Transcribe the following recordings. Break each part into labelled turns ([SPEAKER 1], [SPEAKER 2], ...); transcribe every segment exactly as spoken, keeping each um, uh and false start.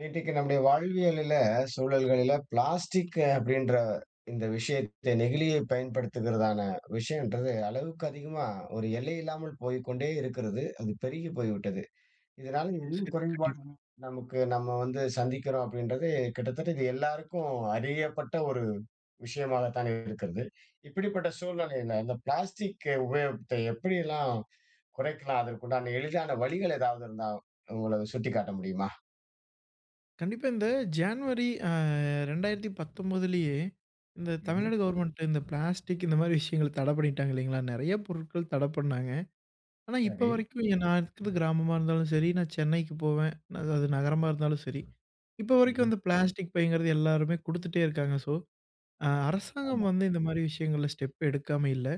[SPEAKER 1] வீட்டுக்கு நம்முடைய வாழ்வியலில, சூழல்களில பிளாஸ்டிக் அப்படின்ற இந்த விஷயத்தை நெகிழியை பயன்படுத்துகிறதான விஷயம்ன்றது அளவுக்கு அதிகமா ஒரு எல்லை இல்லாமல் போய்க்கொண்டே இருக்கிறது. அது பெருகி போய்விட்டது. இதனால என்ன
[SPEAKER 2] சரி. கண்டிப்பா.
[SPEAKER 1] குறைபாடுகள் நமக்கு நம்ம வந்து சந்திக்கிறோம் அப்படின்றது கிட்டத்தட்ட இது எல்லாருக்கும் அறியப்பட்ட ஒரு விஷயமாகத்தான் இருக்கிறது. இப்படிப்பட்ட சூழ்நிலையில அந்த பிளாஸ்டிக் உபயோகத்தை எப்படியெல்லாம் குறைக்கலாம்? அதற்குண்டான எளிதான வழிகள் ஏதாவது இருந்தா உங்கள சுட்டிக்காட்ட முடியுமா?
[SPEAKER 2] கண்டிப்பா இந்த ஜான்வரி அ இரண்டாயிரத்தி பத்தொன்பதிலேயே இந்த
[SPEAKER 1] ம்ஹ்ம்.
[SPEAKER 2] தமிழ்நாடு கவர்மெண்ட் இந்த பிளாஸ்டிக் இந்த மாரி விஷயங்கள தடை பண்ணிட்டாங்க இல்லைங்களா? நெறைய பொருட்கள் தடை பண்ணாங்க. ஆனா, இப்ப
[SPEAKER 1] சரி.
[SPEAKER 2] வரைக்கும் எ நான் இருக்கிறது கிராமமா இருந்தாலும் சரி, நான் சென்னைக்கு போவேன். அது அது நகரமா இருந்தாலும் சரி. இப்ப வரைக்கும்
[SPEAKER 1] ம்ஹ்ம்.
[SPEAKER 2] அந்த பிளாஸ்டிக் பைங்கிறது எல்லாருமே குடுத்துட்டே இருக்காங்க. ஸோ, அ அரசாங்கம்
[SPEAKER 1] ஆமா.
[SPEAKER 2] வந்து இந்த மாரி விஷயங்கள்ல ஸ்டெப் எடுக்காம இல்ல.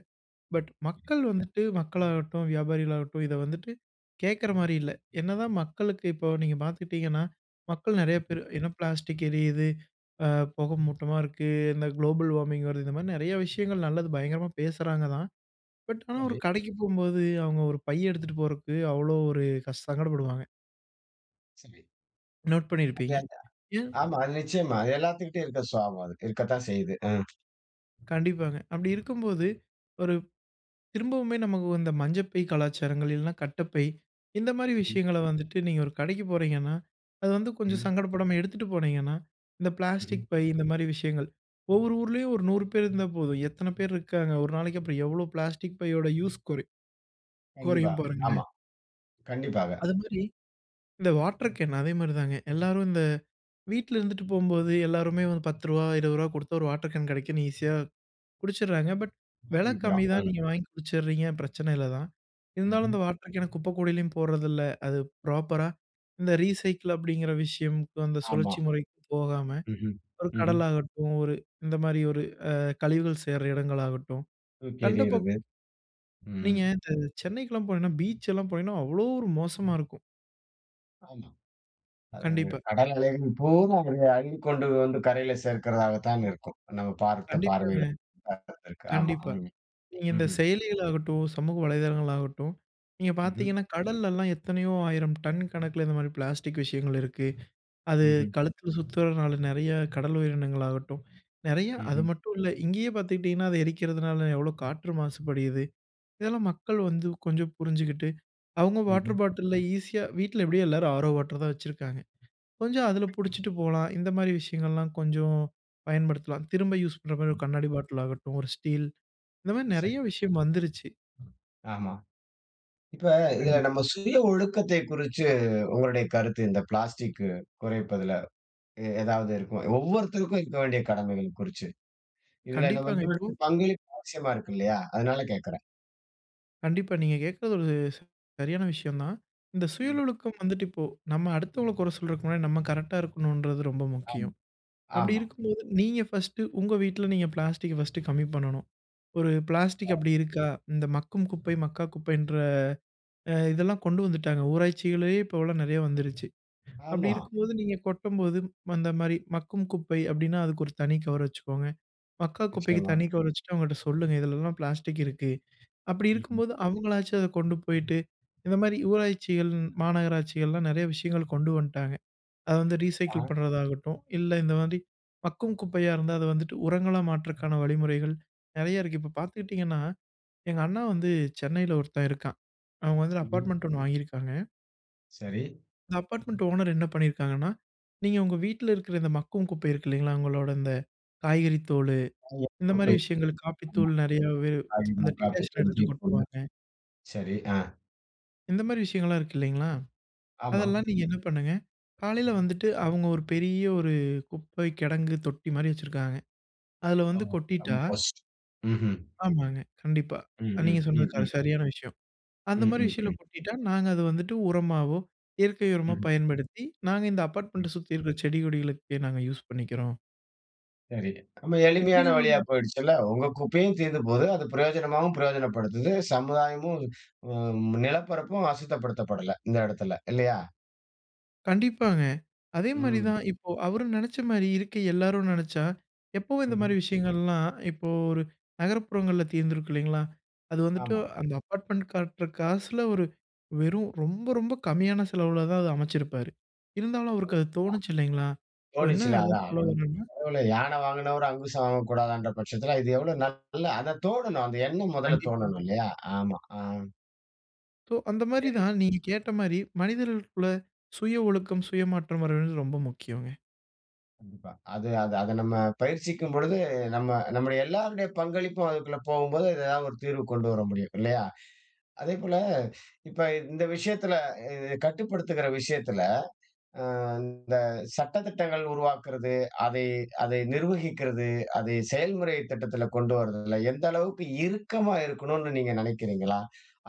[SPEAKER 2] பட் மக்கள் வந்துட்டு மக்களாகட்டும், வியாபாரிகளாகட்டும் இத வந்துட்டு கேட்கற மாரி இல்ல. என்னதான் மக்களுக்கு இப்போ நீங்க பார்த்துக்கிட்டீங்கன்னா, மக்கள் நெறைய
[SPEAKER 1] ம்ஹ்ம்.
[SPEAKER 2] பேரு ஏன்னா பிளாஸ்டிக் எரியுது, அ புகை மூட்டமா இருக்கு, இந்த குளோபல் வார்மிங் வருது. இந்த மாரி நெறைய விஷயங்கள் நல்லது பயங்கரமா பேசுறாங்க தான். பட் ஆனா
[SPEAKER 1] சரி,
[SPEAKER 2] ஒரு கடைக்கு போம்போது அவங்க ஒரு பை எடுத்துட்டு போறக்கு அவ்ளோ ஒரு கஷ் சங்கடப்படுவாங்க.
[SPEAKER 1] சரி.
[SPEAKER 2] நோட்
[SPEAKER 1] அது
[SPEAKER 2] பண்ணியிருப்பீங்க.
[SPEAKER 1] அது
[SPEAKER 2] ஏன்
[SPEAKER 1] ஆமா. அது நிச்சயமா. அது எல்லாத்துக்கிட்டயும் இருக்க சுபாவம் அது. இருக்கத்தான் செய்யுது. அ.
[SPEAKER 2] கண்டிப்பாங்க. அப்படி இருக்கும்போது ஒரு திரும்பவுமே நமக்கு இந்த மஞ்சப்பை கலாச்சாரங்கள் இல்லைன்னா கட்டப்பை இந்த மாதிரி
[SPEAKER 1] ம்ஹ்ம்.
[SPEAKER 2] விஷயங்களை வந்துட்டு நீங்கள் ஒரு கடைக்கு போகிறீங்கன்னா அது வந்து கொஞ்சம்
[SPEAKER 1] ம்ஹ்ம்.
[SPEAKER 2] சங்கடப்படாமல் எடுத்துகிட்டு போனீங்கன்னா இந்த
[SPEAKER 1] ம்ஹ்ம்.
[SPEAKER 2] பிளாஸ்டிக் பை இந்த மாதிரி விஷயங்கள் ஒவ்வொரு ஊர்லேயும் ஒரு நூறு பேர் இருந்தால் போதும் எத்தனை பேர் இருக்காங்க ஒரு நாளைக்கு அப்புறம் எவ்வளோ பிளாஸ்டிக் பையோட யூஸ் குறை
[SPEAKER 1] கண்டிப்பா.
[SPEAKER 2] குறையும்
[SPEAKER 1] ஆமா.
[SPEAKER 2] பாருங்களேன்.
[SPEAKER 1] கண்டிப்பாக.
[SPEAKER 2] அது மாதிரி இந்த வாட்டர் கேன் அதே மாதிரி தாங்க எல்லாரும் இந்த வீட்டில் இருந்துட்டு போகும்போது எல்லாருமே வந்து பத்து ரூபா இருபது ரூபா கொடுத்தா ஒரு வாட்டர் கேன் கிடைக்குன்னு ஈஸியாக குடிச்சிடுறாங்க. பட் விலை
[SPEAKER 1] யோசிக்கிறோம்.
[SPEAKER 2] கம்மி தான்.
[SPEAKER 1] ம்.
[SPEAKER 2] நீங்க வாங்கி குடிச்சிடுறீங்க. பிரச்சனை இல்ல தான். இருந்தாலும்
[SPEAKER 1] ம்ஹ்ம்.
[SPEAKER 2] இந்த வாட்டர் கேன குப்பை கூடையிலயும் போடுறதில்ல. அது ப்ராப்பரா இந்த ரீசைக்கிள் அப்படிங்கிற விஷயம்க்கு அந்த
[SPEAKER 1] ஆமா.
[SPEAKER 2] சுழற்சி முறைக்கு போகாம,
[SPEAKER 1] ம்ஹ்ம்.
[SPEAKER 2] ஒரு
[SPEAKER 1] ம்ஹ்ம்.
[SPEAKER 2] கடலாகட்டும், ஒரு இந்த மாரி ஒரு அ கழிவுகள் சேர்ற இடங்களாகட்டும்,
[SPEAKER 1] தூக்கி
[SPEAKER 2] கண்ட
[SPEAKER 1] எறியறது.
[SPEAKER 2] பக்கம்
[SPEAKER 1] ம்.
[SPEAKER 2] நீங்க இந்த சென்னைக்கெல்லாம் போனீங்கன்னா, பீச் எல்லாம் போனீங்கன்னா, அவ்வளோ ஒரு மோசமா இருக்கும்.
[SPEAKER 1] ஆமா. அது
[SPEAKER 2] கண்டிப்பா.
[SPEAKER 1] கடல் அலைகள் பூரா அத அள்ளி கொண்டு வந்து கரையில சேர்க்கிறதாகத்தான் இருக்கும். நம்ம பார்த்த பார்வையில
[SPEAKER 2] கண்டிப்பாங்க.
[SPEAKER 1] இருக்கு. ஆமா.
[SPEAKER 2] கண்டிப்பா.
[SPEAKER 1] ம்.
[SPEAKER 2] நீங்க இந்த
[SPEAKER 1] ம்ஹ்ம்.
[SPEAKER 2] செயலிகளாகட்டும், சமூக வலைதளங்களாகட்டும், நீங்க
[SPEAKER 1] ம்ஹ்ம்.
[SPEAKER 2] பார்த்தீங்கன்னா, கடல்லலாம் எத்தனையோ ஆயிரம் டன் கணக்குல இந்த மாரி பிளாஸ்டிக் விஷயங்கள் இருக்கு. அது
[SPEAKER 1] ம்ஹ்ம்.
[SPEAKER 2] கழுத்தில சுத்துறதுனால நெறைய கடல் உயிரினங்களாகட்டும், நெறைய அது
[SPEAKER 1] ம்ஹ்ம்.
[SPEAKER 2] மட்டும் இல்ல. இங்கேயே பார்த்துக்கிட்டீங்கன்னா, அது எரிக்கிறதுனால எவ்வளோ காற்று மாசுபடுது. இதெல்லாம் மக்கள் வந்து கொஞ்சம் புரிஞ்சுகிட்டு, அவங்க
[SPEAKER 1] ம்ஹ்ம்.
[SPEAKER 2] வாட்டர் பாட்டில்ல ஈஸியா வீட்ல எப்படியும் எல்லாரும் ஆரோ வாட்டர் தான் வச்சிருக்காங்க. கொஞ்சம் அதில புடிச்சிட்டு போலாம். இந்த மாரி விஷயங்கள்லாம் கொஞ்சம் பயன்படுத்தலாம். திரும்ப யூஸ் பண்ற மாரி
[SPEAKER 1] ம்.
[SPEAKER 2] ஒரு கண்ணாடி பாட்டில் ஆகட்டும், ஒரு ஸ்டீல் இந்த மாரி நெறைய
[SPEAKER 1] சரி.
[SPEAKER 2] விஷயம் வந்துருச்சு.
[SPEAKER 1] ஆமா. இப்ப இதுல
[SPEAKER 2] கண்டிப்பா.
[SPEAKER 1] நம்ம சுய ஒழுக்கத்தை குறிச்சு உங்களுடைய கருத்து இந்த பிளாஸ்டிக் குறைப்பதுல எ- ஏதாவது இருக்கும் ஒவ்வொருத்தருக்கும் இருக்க வேண்டிய கடமைகள் குறிச்சு இதுல நம்ம
[SPEAKER 2] கண்டிப்பாங்க.
[SPEAKER 1] இன்னொரு
[SPEAKER 2] இப்போ
[SPEAKER 1] பங்களிப்பு அவசியமா இருக்கு இல்லையா அதனால கேக்குறேன்.
[SPEAKER 2] கண்டிப்பா நீங்க கேட்கறது ஒரு ச- சரியான விஷயம் தான். இந்த சுய
[SPEAKER 1] ம்.
[SPEAKER 2] ஒழுக்கம் வந்துட்டு இப்போ நம்ம அடுத்தவங்கள குறை சொல்றதுக்கு முன்னாடி நம்ம கரெக்ட்டா இருக்கணுன்றது ரொம்ப
[SPEAKER 1] ஆமா.
[SPEAKER 2] முக்கியம். அப்படி
[SPEAKER 1] ஆமா.
[SPEAKER 2] இருக்கும்போது நீங்க ஃபர்ஸ்ட்டு உங்க வீட்ல நீங்க பிளாஸ்டிக்க ஃபர்ஸ்ட்டு கம்மி பண்ணணும். ஒரு பிளாஸ்டிக் அப்படி இருக்கா? இந்த மக்கும் குப்பை, மக்கா குப்பைன்ற அ இதெல்லாம் கொண்டு வந்துட்டாங்க. ஊராட்சிகள்லேயே இப்போலாம் நெறைய வந்துருச்சு. அப்படி
[SPEAKER 1] ஆமா.
[SPEAKER 2] இருக்கும்போது நீங்க கொட்டும்போது அந்த மாரி மக்கும் குப்பை அப்படின்னா அதுக்கு ஒரு தனி கவர் வச்சுக்கோங்க. மக்கா குப்பைக்கு
[SPEAKER 1] நிச்சயமா.
[SPEAKER 2] தனி கவர் வச்சுட்டு அவங்கட்ட சொல்லுங்க. இதுலலாம் பிளாஸ்டிக் இருக்கு. அப்படி
[SPEAKER 1] ம்ஹும்.
[SPEAKER 2] இருக்கும்போது அவங்களாச்சும் அத கொண்டு போயிட்டு, இந்த மாரி ஊராட்சிகள், மாநகராட்சிகள்லாம் நெறைய விஷயங்கள் கொண்டு வந்துட்டாங்க. அது வந்து ரீசைக்கிள்
[SPEAKER 1] ஆ,
[SPEAKER 2] பண்றதாகட்டும், இல்ல இந்த மாதிரி மக்கும் குப்பையா இருந்தா அத வந்துட்டு உரங்களா மாற்றக்கான வழிமுறைகள் நெறைய இருக்கு. இப்ப பார்த்துக்கிட்டீங்கன்னா, எங்க அண்ணா வந்து சென்னையில ஒருத்தன் இருக்கான். அவங்க வந்து
[SPEAKER 1] ம்ஹும்.
[SPEAKER 2] அபார்ட்மெண்ட் ஒண்ணு வாங்கியிருக்காங்க.
[SPEAKER 1] சரி.
[SPEAKER 2] இந்த அபார்ட்மெண்ட் ஓனர் என்ன பண்ணியிருக்காங்கன்னா, நீங்க உங்க வீட்ல இருக்கிற இந்த மக்கும் குப்பை இருக்கு இல்லைங்களா? உங்களோட இந்த காய்கறி தோல்
[SPEAKER 1] ஐயா,
[SPEAKER 2] இந்த மாரி
[SPEAKER 1] குப்பை.
[SPEAKER 2] விஷயங்கள்
[SPEAKER 1] ஆமா.
[SPEAKER 2] காப்பித்தூள் நெறைய வே
[SPEAKER 1] ஆயிரம்.
[SPEAKER 2] அந்த
[SPEAKER 1] ம். காப்பி
[SPEAKER 2] டிகாஷன்
[SPEAKER 1] தூள்,
[SPEAKER 2] எடுத்து
[SPEAKER 1] டீ தூள்.
[SPEAKER 2] கொட்டுவாங்க.
[SPEAKER 1] சரி. ஆ.
[SPEAKER 2] இந்த மாரி விஷயங்கள்லாம் இருக்கு இல்லைங்களா?
[SPEAKER 1] ஆமாம்.
[SPEAKER 2] அதெல்லாம் நீங்க என்ன பண்ணுங்க, காலையில வந்துட்டு அவங்க ஒரு பெரிய ஒரு குப்பை கிடங்கு தொட்டி மாரி வச்சிருக்காங்க. அதுல வந்து கொட்டிட்டா
[SPEAKER 1] கம்போஸ்ட். ம். ம்.
[SPEAKER 2] ஆமாங்க. கண்டிப்பா.
[SPEAKER 1] ம்.
[SPEAKER 2] நீங்க சொன்னது
[SPEAKER 1] ம்.
[SPEAKER 2] கர
[SPEAKER 1] ம்.
[SPEAKER 2] சரியான விஷயம். அந்த
[SPEAKER 1] ம்.
[SPEAKER 2] மாரி விஷயத்துல
[SPEAKER 1] ம்.
[SPEAKER 2] கொட்டிட்டா நாங்க அத வந்துட்டு உரமாவோ, இயற்கை உரமா
[SPEAKER 1] ம். ம்.
[SPEAKER 2] பயன்படுத்தி, நாங்க இந்த அபார்ட்மெண்ட்ட சுத்தி இருக்கிற செடி கொடிகளுக்கு நாங்க யூஸ் பண்ணிக்கிறோம்.
[SPEAKER 1] சரி. ரொம்ப எளிமையான வழியா
[SPEAKER 2] இப்படிங்கிற
[SPEAKER 1] போயிடுச்சுல்ல. உங்க குப்பையும் தீர்ந்து போது. அது பிரயோஜனமாவும் பிரயோஜனப்படுத்துது. சமுதாயமும் ம் நிலப்பரப்பும் அசுத்தப்படுத்தப்படல இந்த இடத்துல. இல்லையா?
[SPEAKER 2] கண்டிப்பாங்க. அதே மாரி
[SPEAKER 1] ம்.
[SPEAKER 2] தான் ம். இப்போ அவரு நெனச்ச மாரி இருக்க எல்லாரும் நெனச்சா, எப்பவும் இந்த
[SPEAKER 1] ம்ஹ்ம்.
[SPEAKER 2] மாரி விஷயங்கள்லாம் இப்போ ஒரு நகரப்புறங்கள்ல தீர்ந்திருக்கும் இல்லைங்களா? அது வந்துட்டு
[SPEAKER 1] ஆமா.
[SPEAKER 2] அந்த அப்பார்ட்மெண்ட் கட்டுற காசுல ஒரு வெறும் ரொம்ப ரொம்ப கம்மியான செலவுல தான் அத அமைச்சிருப்பாரு. இருந்தாலும் அவருக்கு அது தோணுச்சு இல்லைங்களா? ஸோ என்ன
[SPEAKER 1] தோணிச்சுல்ல
[SPEAKER 2] அதான்
[SPEAKER 1] அதான்.
[SPEAKER 2] சொல்ல
[SPEAKER 1] அவ்வளவு
[SPEAKER 2] வரேன்னா
[SPEAKER 1] பரவால்ல. யானை வாங்குனவரு அங்குசம் வாங்கக்கூடாதான்ற பட்சத்துல, இது எவ்வளோ நல்ல அத தோணணும். அந்த எண்ணம் முதல்ல
[SPEAKER 2] கண்டிப்பா.
[SPEAKER 1] தோணணும் இல்லையா? ஆமா. ஆ.
[SPEAKER 2] ஸோ அந்த மாரி
[SPEAKER 1] சரி.
[SPEAKER 2] தான் நீங்க கேட்ட மாரி மனிதர்களுக்குள்ள சுய ஒழுக்கம், சுயமாற்றம் வரவேண்டியது ரொம்ப முக்கியங்க.
[SPEAKER 1] கண்டிப்பா. அது அது அத நம்ம பயிற்சிக்கும் பொழுது, நம்ம நம்முடைய எல்லாருடைய பங்களிப்பும் அதுக்குள்ள போகும்போது, ஏதாவது ஒரு தீர்வு கொண்டு வர முடியும். இல்லையா? அதேபோல, இப்ப இந்த விஷயத்துல இது கட்டுப்படுத்துகிற விஷயத்துல, அ இந்த சட்டதிட்டங்கள் உருவாக்குறது, அதை அதை நிர்வகிக்கிறது, அதை செயல்முறை திட்டத்துல கொண்டு வரதுல எந்த அளவுக்கு இறுக்கமா இருக்கணும்னு நீங்க நினைக்கிறீங்களா?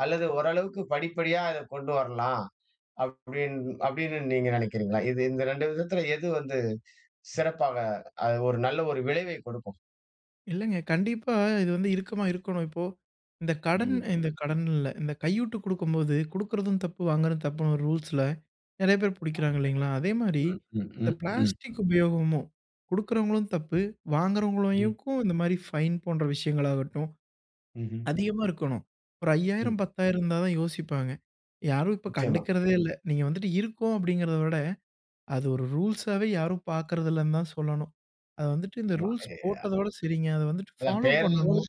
[SPEAKER 1] அல்லது ஓரளவுக்கு படிப்படியா இத கொண்டு வரலாம் அப்படின் அப்படின்னு நீங்க நினைக்கிறீங்களா? இது இந்த இரண்டு விதத்துல எது வந்து சிறப்பாக அது ஒரு நல்ல ஒரு விளைவை கொடுக்கும்?
[SPEAKER 2] இல்லங்க. கண்டிப்பா இது வந்து இறுக்கமா இருக்கணும். இப்போ இந்த கடன்
[SPEAKER 1] ம்.
[SPEAKER 2] இந்த ம். கடன் இல்ல. இந்த கையூட்டு குடுக்கும்போது குடுக்குறதும் தப்பு, வாங்குறதும் தப்புன்னு ஒரு ரூல்ஸ்ல நெறைய பேர் புடிக்கிறாங்க இல்லைங்களா? அதே மாரி
[SPEAKER 1] ம், ம்,
[SPEAKER 2] இந்த
[SPEAKER 1] ம்,
[SPEAKER 2] ம்.
[SPEAKER 1] ம்.
[SPEAKER 2] பிளாஸ்டிக் உபயோகமும் குடுக்குறவங்களும் தப்பு,
[SPEAKER 1] ம்ஹ்ம்,
[SPEAKER 2] வாங்குறவங்களையுக்கும் இந்த மாரி ஃபைன் போன்ற விஷயங்களாகட்டும்
[SPEAKER 1] ம்ஹ்ம்,
[SPEAKER 2] அதிகமா இருக்கணும். ஒரு
[SPEAKER 1] ம்.
[SPEAKER 2] ஐயாயிரம், பத்தாயிரம் இருந்தா தான் யோசிப்பாங்க. யாரும் இப்ப
[SPEAKER 1] நிச்சயமா.
[SPEAKER 2] கண்டுக்கிறதே இல்ல. நீங்க வந்துட்டு இருக்கோம் அப்படிங்கிறத விட, அது ஒரு ரூல்ஸாவே யாரும் பார்க்கறதில்லன்னு தான் சொல்லணும். அது வந்துட்டு இந்த
[SPEAKER 1] ஆமா.
[SPEAKER 2] ரூல்ஸ்
[SPEAKER 1] எ
[SPEAKER 2] போட்டதோட சரிங்க. அத வந்துட்டு
[SPEAKER 1] அதான்
[SPEAKER 2] ஃபாலோ
[SPEAKER 1] பெயரளவுல
[SPEAKER 2] பண்ணணும்.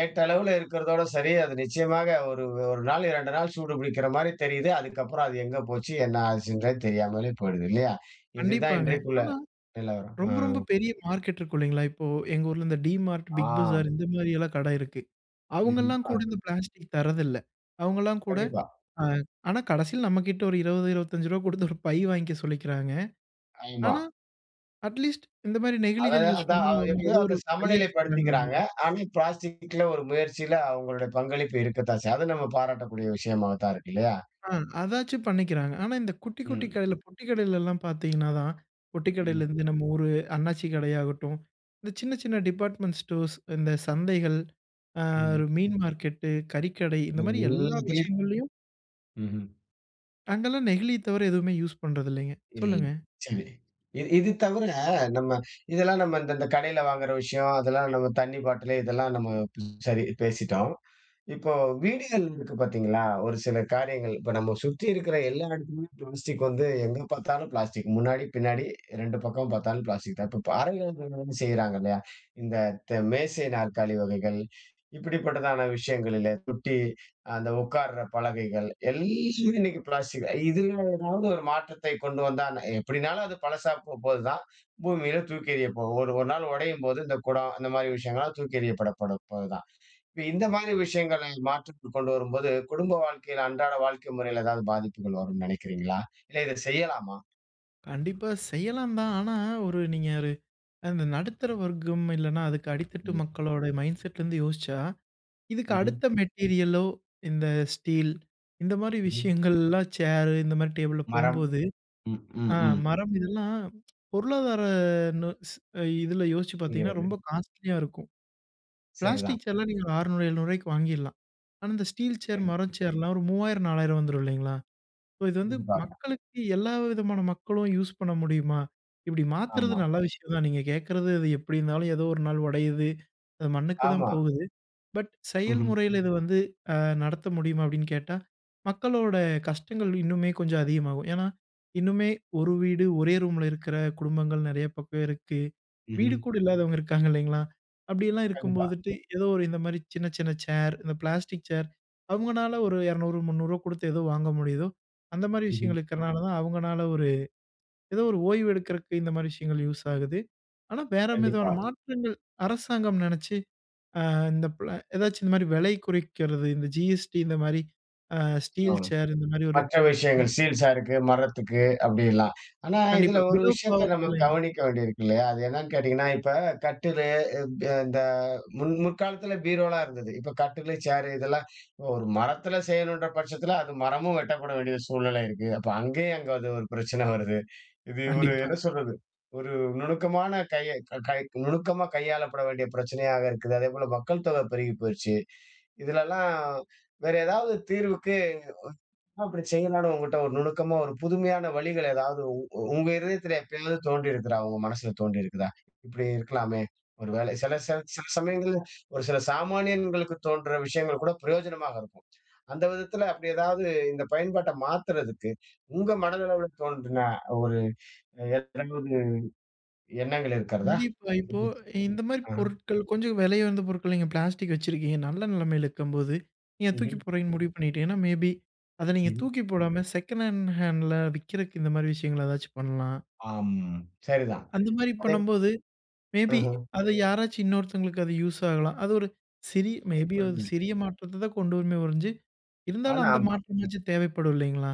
[SPEAKER 1] ஏட்டளவுல இருக்கிறதோட சரி. அது நிச்சயமாக ஒரு ஒரு நாள், இரண்டு நாள் சூடு பிடிக்கிற மாரி தெரியுது. அதுக்கப்புறம் அது எங்க போச்சு, என்ன ஆச்சுன்றதே தெரியாமலே போயிடுது இல்லையா? இதுதான்
[SPEAKER 2] கண்டிப்பாங்க.
[SPEAKER 1] இன்றைக்குள்ள
[SPEAKER 2] ஆனா,
[SPEAKER 1] நிலவரம்.
[SPEAKER 2] ரொம்ப ரொம்ப
[SPEAKER 1] ம்.
[SPEAKER 2] பெரிய மார்க்கெட் இருக்கும் இல்லைங்களா? இப்போ எங்க ஊர்ல இந்த டிமார்ட், பிக்
[SPEAKER 1] ஆ.
[SPEAKER 2] பஜார் இந்த மாரியெல்லாம் கடை இருக்கு.
[SPEAKER 1] ம்ஹ்ம்.
[SPEAKER 2] அவங்கலாம்
[SPEAKER 1] அ
[SPEAKER 2] கூட இந்த பிளாஸ்டிக் தரதில்ல. அவங்கலாம் கூட
[SPEAKER 1] கண்டிப்பா.
[SPEAKER 2] அ ஆனா கடைசியில நம்மகிட்ட ஒரு ரூ. இருபது, ரூ. இருபத்தி ஐந்து குடுத்து ஒரு பை வாங்கிக்க சொல்லிக்கிறாங்க.
[SPEAKER 1] ஆமா.
[SPEAKER 2] ஆனா, அட்லீஸ்ட் இந்த மாரி
[SPEAKER 1] அதாவது
[SPEAKER 2] நெகிழிகள் யூஸ்
[SPEAKER 1] அதான்
[SPEAKER 2] பண்ணாம
[SPEAKER 1] அவ
[SPEAKER 2] அவங்க
[SPEAKER 1] எப்படியோ
[SPEAKER 2] ஏதோ ஒரு
[SPEAKER 1] அத
[SPEAKER 2] பையாச்சும் தராங்க
[SPEAKER 1] சமநிலைப்படுத்திக்கிறாங்க.
[SPEAKER 2] இல்லைங்களா?
[SPEAKER 1] ஆனா பிளாஸ்டிக்ல ஒரு முயற்சியில அவங்களுடைய பங்களிப்பு இருக்கத்தான் செய்யும். அது நம்ம பாராட்டக்கூடிய விஷயமாகத்தான் இருக்கு இல்லையா?
[SPEAKER 2] ஆ, அதாச்சும் பண்ணிக்கிறாங்க. ஆனா, இந்த குட்டி, குட்டி
[SPEAKER 1] ம்.
[SPEAKER 2] கடையில பொட்டி கடையிலலாம் பார்த்தீங்கன்னா தான், பொட்டி
[SPEAKER 1] ம்.
[SPEAKER 2] கடையிலேருந்து நம்ம ஊரு அண்ணாச்சி கடையாகட்டும், இந்த சின்ன, சின்ன டிபார்ட்மெண்ட் ஸ்டோர்ஸ், இந்த சந்தைகள், ஆ
[SPEAKER 1] ம்.
[SPEAKER 2] ஒரு மீன் மார்க்கெட்டு, கறிக்கடை இந்த
[SPEAKER 1] இது
[SPEAKER 2] மாரி எல்லா
[SPEAKER 1] எல்லாத்துலயும்
[SPEAKER 2] விஷயங்கள்லயும்
[SPEAKER 1] ம்ஹ்ம்.
[SPEAKER 2] அங்கலாம் நெகிழிய தவிர எதுவுமே யூஸ் பண்றது இல்லைங்க.
[SPEAKER 1] இல்
[SPEAKER 2] சொல்லுங்க.
[SPEAKER 1] சரி. இது இது தவிர நம்ம இதெல்லாம் நம்ம இந்த இந்த கடையில வாங்குற விஷயம், அதெல்லாம் நம்ம தண்ணி பாட்டிலு இதெல்லாம் நம்ம சரி பேசிட்டோம். இப்போ வீடுகள் இருக்கு பார்த்தீங்களா? ஒரு சில காரியங்கள் இப்ப நம்ம சுத்தி இருக்கிற எல்லா இடத்துலயுமே பிளாஸ்டிக் வந்து எங்க பார்த்தாலும் பிளாஸ்டிக். முன்னாடி, பின்னாடி இரண்டு பக்கம் பார்த்தாலும் பிளாஸ்டிக் தான். இப்ப இப்ப அறைகள் செய்றாங்க இல்லையா? இந்த த மேசை நாற்காலி வகைகள், இப்படிப்பட்டதான விஷயங்களிலே தொட்டி, அந்த உட்கார்ற பலகைகள் எல்லாமே இன்னைக்கு பிளாஸ்டிக். இதுல ஏதாவது ஒரு மாற்றத்தை கொண்டு வந்தா ந எப்படினாலும் அது பழசா போ போது தான். பூமியில தூக்கி எறியப்போ ஒரு ஒரு நாள் உடையும்போது இந்த குடம், இந்த மாரி விஷயங்கள்லாம் தூக்கி எறியப்படப்பட போது தான். இப்ப இந்த மாதிரி விஷயங்களை மாற்றத்தை கொண்டு வரும்போது, குடும்ப வாழ்க்கையில, அன்றாட வாழ்க்கை முறையில ஏதாவது பாதிப்புகள் வரும்னு நினைக்கிறீங்களா? இல்ல இத செய்யலாமா?
[SPEAKER 2] கண்டிப்பா செய்யலாம் தான். ஆனா, ஒரு நீங்க ஒரு அந்த நடுத்தர வர்க்கம் இல்லன்னா, அதுக்கு அடித்தட்டு
[SPEAKER 1] ம்.
[SPEAKER 2] மக்களோட மைண்ட் செட்லேருந்து யோசிச்சா இதுக்கு
[SPEAKER 1] ம்ஹ்ம்.
[SPEAKER 2] அடுத்த மெட்டீரியலோ, இந்த ஸ்டீல் இந்த மாரி
[SPEAKER 1] ம்ஹ்ம்.
[SPEAKER 2] விஷயங்கள்லாம் சேர் இந்த மாரி டேபிள்ல
[SPEAKER 1] மரம்.
[SPEAKER 2] போம்போது,
[SPEAKER 1] ம். ம்.
[SPEAKER 2] ஆ
[SPEAKER 1] ம்.
[SPEAKER 2] மரம் இதெல்லாம் பொருளாதார நு ஸ் இதுல யோசிச்சு பார்த்தீங்கன்னா,
[SPEAKER 1] புரிகிறது.
[SPEAKER 2] ரொம்ப காஸ்ட்லியா இருக்கும்.
[SPEAKER 1] சரிதான்.
[SPEAKER 2] பிளாஸ்டிக் சேர்லாம் நீங்க ஒரு அறுநூறு, எழுநூறு வாங்கிடலாம். ஆனா, இந்த ஸ்டீல் சேர்,
[SPEAKER 1] சரி.
[SPEAKER 2] மரம் சேர்லாம் ஒரு மூவாயிரம், நாலாயிரம் வந்துரும் இல்லைங்களா? ஸோ இது வந்து
[SPEAKER 1] கண்டிப்பாக.
[SPEAKER 2] மக்களுக்கு எல்லா விதமான மக்களும் யூஸ் பண்ண முடியுமா? இப்படி மாத்துறது
[SPEAKER 1] ஆமா.
[SPEAKER 2] நல்ல விஷயம் தான். நீங்க கேட்கறது அது எப்படி இருந்தாலும் ஏதோ ஒரு நாள் உடையுது. அது மண்ணுக்கு தான்
[SPEAKER 1] ஆமா.
[SPEAKER 2] போகுது. பட்
[SPEAKER 1] ம்ஹ்ம்.
[SPEAKER 2] செயல்முறையில இது வந்து நடத்த முடியுமா அப்படின்னு கேட்டா, மக்களோட கஷ்டங்கள் இன்னுமே கொஞ்சம் அதிகமாகும். ஏன்னா, இன்னுமே ஒரு வீடு ஒரே ரூம்ல இருக்கிற குடும்பங்கள் நெறைய பக்கம் இருக்கு. வீடு
[SPEAKER 1] ம்ஹ்ம்.
[SPEAKER 2] கூட இல்லாதவங்க இருக்காங்க இல்லைங்களா? அப்படியெல்லாம்
[SPEAKER 1] கண்டிப்பா.
[SPEAKER 2] இருக்கும்போதுட்டு ஏதோ ஒரு இந்த மாரி சின்ன சின்ன சேர், இந்த பிளாஸ்டிக் சேர் அவங்கனால ஒரு ரூ. இருநூறு, ரூ. முந்நூறு குடுத்து ஏதோ வாங்க முடியுதோ, அந்த மாரி
[SPEAKER 1] ம்ஹ்ம்.
[SPEAKER 2] விஷயங்கள் இருக்கிறனால தான் அவங்கனால ஒரு ஏதோ ஒரு ஓய்வு எடுக்கிறதுக்கு இந்த மாரி விஷயங்கள் யூஸ் ஆகுது. ஆனா, வேற விதமான
[SPEAKER 1] கண்டிப்பா.
[SPEAKER 2] மாற்றங்கள் அரசாங்கம் நெனச்சு இந்த பிள ஏதாச்சும் இந்த மாரி விலை குறைக்கிறது, இந்த ஜிஎஸ்டி இந்த மாரி அ
[SPEAKER 1] ஆ.
[SPEAKER 2] ஸ்டீல் சேர் இந்த மாரி ஒரு
[SPEAKER 1] மற்ற விஷயங்கள். சீல்ஸா இருக்கு, மரத்துக்கு அப்படிலாம். ஆனா, இதுல
[SPEAKER 2] கண்டிப்பா.
[SPEAKER 1] ஒரு
[SPEAKER 2] பிலோ
[SPEAKER 1] விஷயத்த
[SPEAKER 2] பாவர்டி
[SPEAKER 1] நம்ம
[SPEAKER 2] லைன்.
[SPEAKER 1] கவனிக்க வேண்டியிருக்கு இல்லையா? அது என்னன்னு கேட்டீங்கன்னா, இப்ப கட்டிலு இப் இந்த முன் முற்காலத்துல பீரோலாம் இருந்தது. இப்ப கட்டிலு, சேரு இதெல்லாம் இப்ப ஒரு மரத்துல செய்யணுன்ற பட்சத்துல, அது மரமும் வெட்டப்பட வேண்டிய சூழ்நிலை இருக்கு. அப்ப அங்கேயும் அங்க அது ஒரு பிரச்சனை வருது. இது ஒரு
[SPEAKER 2] கண்டிப்பா.
[SPEAKER 1] என்ன சொல்றது? ஒரு நுணுக்கமான கைய க- கை நுணுக்கமா கையாளப்பட வேண்டிய பிரச்சனையாக இருக்குது. அதேபோல மக்கள் தொகை பெருகி போயிருச்சு. இதுலலாம் வேற ஏதாவது தீர்வுக்கு அப்படி செய்யலாம்னு உங்கட்ட ஒரு நுணுக்கமா ஒரு புதுமையான வழிகள் ஏதாவது உ உ உங்க இருதயத்துல எப்பயாவது தோன்றியிருக்குதா? உங்க மனசுல தோன்றியிருக்குதா? இப்படி இருக்கலாமே! ஒரு வேளை சில சில சில சமயங்கள்ல ஒரு சில சாமானியன்களுக்கு தோன்ற விஷயங்கள் கூட பிரயோஜனமாக இருக்கும். அந்த விதத்துல அப்படி ஏதாவது இந்த பயன்பாட்ட மாத்துறதுக்கு, உங்க மனதளவுல தோன்றின ஒரு ஏதாவது எண்ணங்கள் இருக்கிறதா?
[SPEAKER 2] கண்டிப்பா. இப்போ
[SPEAKER 1] இப்படி
[SPEAKER 2] இந்த மாரி
[SPEAKER 1] ஆ.
[SPEAKER 2] பொருட்கள் கொஞ்சம் விலை உயர்ந்த பொருட்கள் நீங்க பிளாஸ்டிக் வச்சிருக்கீங்க. நல்ல நிலைமையில இருக்கும்போது, நீங்க தூக்கி
[SPEAKER 1] ம்ஹ்ம்.
[SPEAKER 2] போடுறீங்கன்னு முடிவு பண்ணிட்டீங்கன்னா, மேபி அத நீங்க
[SPEAKER 1] ம்.
[SPEAKER 2] தூக்கி போடாம செகண்ட் ஹேண்ட் ஹேண்ட்ல விக்கிறக்கு இந்த மாரி விஷயங்கள் ஏதாச்சும் பண்ணலாம்.
[SPEAKER 1] ஆம். சரிதான்.
[SPEAKER 2] அந்த மாரி
[SPEAKER 1] அதே
[SPEAKER 2] பண்ணும்போது, மேபி
[SPEAKER 1] அஹ.
[SPEAKER 2] அது யாராச்சும் இன்னொருத்தவங்களுக்கு அது யூஸ் ஆகலாம். அது ஒரு சிறிய மேபி ஒரு சிறிய மாற்றத்த தான் கொண்டு வருமே ஒழிஞ்சு இருந்தாலும்
[SPEAKER 1] ஆனா
[SPEAKER 2] அந்த
[SPEAKER 1] ஆமா.
[SPEAKER 2] மாற்றமாச்சும் தேவைப்படும் இல்லைங்களா?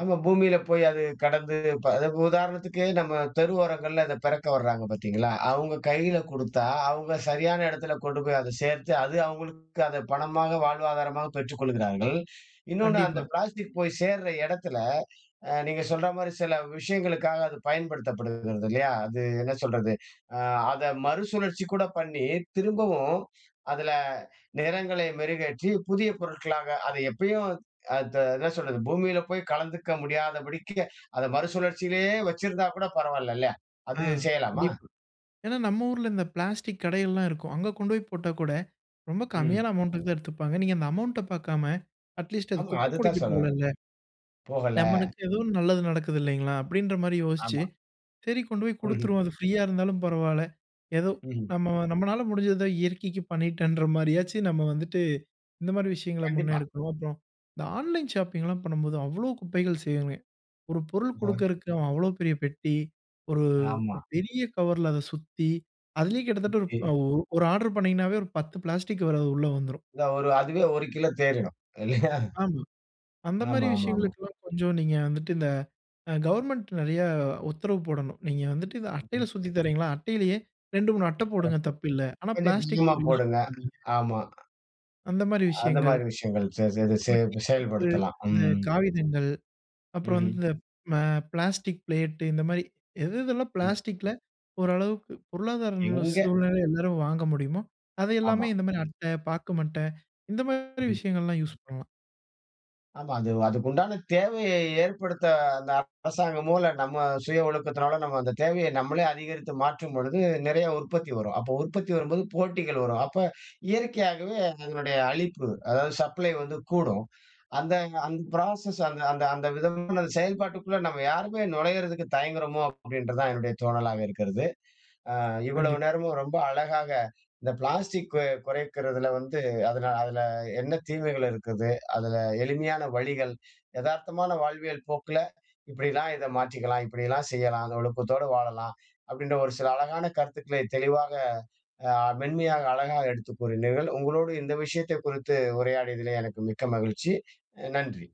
[SPEAKER 1] ஆமா. பூமியில போய் அது கடந்து இப்ப அதுக்கு உதாரணத்துக்கு நம்ம தெருவோரங்கள்ல அத பெறக்க வர்றாங்க பார்த்தீங்களா? அவங்க கையில குடுத்தா, அவங்க சரியான இடத்துல கொண்டு போய் அத சேர்த்து, அது அவங்களுக்கு அத பணமாக, வாழ்வாதாரமாக பெற்றுக்கொள்கிறார்கள். இன்னொன்னு அந்த
[SPEAKER 2] கண்டிப்பா.
[SPEAKER 1] பிளாஸ்டிக் போய் சேர்ற இடத்துல அ நீங்க சொல்ற மாரி சில விஷயங்களுக்காக அது பயன்படுத்தப்படுகிறது இல்லையா? அது என்ன சொல்றது? அ அத மறுசுழற்சி கூட பண்ணி, திரும்பவும் அதுல நிறங்களை மெருகேற்றி, புதிய பொருட்களாக அத எப்பயும் அத என்ன சொல்றது? பூமியில போய் கலந்துக்க முடியாதபடிக்கு, அத மறுசுழற்சியிலேயே வச்சிருந்தா கூட பரவால்ல இல்லையா? அது
[SPEAKER 2] ஆ,
[SPEAKER 1] செய்யலாமா?
[SPEAKER 2] கண்டிப்பா. ஏன்னா நம்ம ஊர்ல இந்த பிளாஸ்டிக் கடைகள்லாம் இருக்கும். அங்க கொண்டு போய் போட்டா கூட, ரொம்ப
[SPEAKER 1] ம்.
[SPEAKER 2] கம்மியான அமௌண்ட்டுக்கு தான் எடுத்துப்பாங்க. நீங்க அந்த அமௌண்ட்ட பாக்காம, அட்லீஸ்ட் அது
[SPEAKER 1] ஆமா,
[SPEAKER 2] குப்பை
[SPEAKER 1] அதுதான்
[SPEAKER 2] கூடைக்கு
[SPEAKER 1] சொல்ல வரேன்.
[SPEAKER 2] போகலல்ல.
[SPEAKER 1] போகல.
[SPEAKER 2] நம்மளுக்கு ஏதோ ஒண்ணு நல்லது நடக்குது இல்லைங்களா? அப்படின்ற மாரி யோசிச்சு,
[SPEAKER 1] ஆமா.
[SPEAKER 2] சரி கொண்டு போய்
[SPEAKER 1] ம்ஹ்ம்.
[SPEAKER 2] குடுத்துருவோம். அது ஃப்ரீயா இருந்தாலும் பரவால்ல. ஏதோ
[SPEAKER 1] ம்ஹ்ம்.
[SPEAKER 2] நம்ம நம்மனால முடிஞ்சத இயற்கைக்கு பண்ணிட்டேன்ற மாரியாச்சு நம்ம வந்துட்டு, இந்த மாரி விஷயங்கள
[SPEAKER 1] கண்டிப்பா.
[SPEAKER 2] முன்னெடுக்கணும். அப்புறம் இந்த ஆன்லைன் ஷாப்பிங்லாம் பண்ணும்போது அவ்ளோ குப்பைகள் செய்யுங்க. ஒரு பொருள்
[SPEAKER 1] ம்.
[SPEAKER 2] குடுக்கறக்கு அவன் அவ்ளோ பெரிய பெட்டி, ஒரு
[SPEAKER 1] ஆமா.
[SPEAKER 2] ஒரு பெரிய கவர்ல அத சுத்தி, அதிலேயே கிட்டத்தட்ட ஒரு
[SPEAKER 1] சுத்தி.
[SPEAKER 2] அ ஒரு ஆர்டர் பண்ணீங்கன்னாவே ஒரு பத்து பிளாஸ்டிக் கவர் அது உள்ள வந்துரும்.
[SPEAKER 1] இந்த ஒரு அதுவே ஒரு கிலோ தேறிடும். இல்லையா?
[SPEAKER 2] ஆமா. அந்த
[SPEAKER 1] ஆமா,
[SPEAKER 2] மாரி
[SPEAKER 1] ஆமா, ஆமா.
[SPEAKER 2] விஷயங்களுக்கெல்லாம் கொஞ்சம் நீங்க வந்துட்டு இந்த அ கவர்மெண்ட் நெறையா உத்தரவு போடணும். நீங்க வந்துட்டு இந்த அட்டையில
[SPEAKER 1] ம்.
[SPEAKER 2] சுத்தி தர்றீங்களா? அட்டையிலேயே ரெண்டு, மூணு அட்டை போடுங்க
[SPEAKER 1] சிறப்பு.
[SPEAKER 2] தப்பில்ல. ஆனா
[SPEAKER 1] கொஞ்சம்
[SPEAKER 2] பிளாஸ்டிக்
[SPEAKER 1] அதிகமா
[SPEAKER 2] கவர் யூஸ்
[SPEAKER 1] போடுங்க.
[SPEAKER 2] பண்ணாதீங்க.
[SPEAKER 1] ஆமா.
[SPEAKER 2] அந்த மாரி
[SPEAKER 1] அந்த
[SPEAKER 2] விஷயங்கள்.
[SPEAKER 1] மாரி விஷயங்கள் செ செ இது செ
[SPEAKER 2] அப்புறம் டீ கப்பு,
[SPEAKER 1] செயல்படுத்தலாம்.
[SPEAKER 2] இந்த
[SPEAKER 1] ம்.
[SPEAKER 2] காகிதங்கள். அப்புறம்
[SPEAKER 1] ம்ஹ்ம்.
[SPEAKER 2] வந்து இந்த ம பிளாஸ்டிக் பிளேட்டு இந்த மாரி எது எதெல்லாம்
[SPEAKER 1] ம்.
[SPEAKER 2] பிளாஸ்டிக்ல ஓரளவுக்கு பொருளாதார நில
[SPEAKER 1] எங்க
[SPEAKER 2] சூழ்நிலை எல்லாரும் வாங்க முடியுமோ, அது எல்லாமே
[SPEAKER 1] ஆமா.
[SPEAKER 2] இந்த மாரி அட்டை, பாக்கு மட்டை இந்த மாரி
[SPEAKER 1] ம்ஹ்ம்.
[SPEAKER 2] விஷயங்கள்லாம் யூஸ் பண்ணலாம்.
[SPEAKER 1] ஆமா. அது அதுக்குண்டான தேவையை ஏற்படுத்த அந்த அரசாங்கமோ, இல்ல நம்ம சுய ஒழுக்கத்தினால நம்ம அந்த தேவையை நம்மளே அதிகரித்து மாற்றும் பொழுது நிறைய உற்பத்தி வரும். அப்போ உற்பத்தி வரும்போது போட்டிகள் வரும். அப்ப இயற்கையாகவே அதனுடைய அளிப்பு, அதாவது சப்ளை வந்து கூடும். அந்த அந்த ப்ராசஸ் அந்த அந்த அந்த விதமான செயல்பாட்டுக்குள்ள நம்ம யாருமே நுழையறதுக்கு தயங்குறோமோ! அப்படின்றது தான் என்னுடைய தோணலாக இருக்கிறது. அ இவ்வளவு
[SPEAKER 2] கண்டிப்பா.
[SPEAKER 1] நேரமும் ரொம்ப அழகாக இந்த பிளாஸ்டிக் கு குறைக்கிறதுல வந்து அதுல அதுல என்ன தீமைகள் இருக்குது? அதுல எளிமையான வழிகள், எதார்த்தமான வாழ்வியல் போக்குல இப்படிலாம் இத மாற்றிக்கலாம், இப்படிலாம் செய்யலாம், அந்த ஒழுக்கத்தோட வாழலாம். அப்படின்ற ஒரு சில அழகான கருத்துக்களை தெளிவாக அ மென்மையாக, அழகாக எடுத்துக் கூறினீர்கள். உங்களோடு இந்த விஷயத்தை குறித்து உரையாடியதிலே எனக்கு மிக்க மகிழ்ச்சி. நன்றி.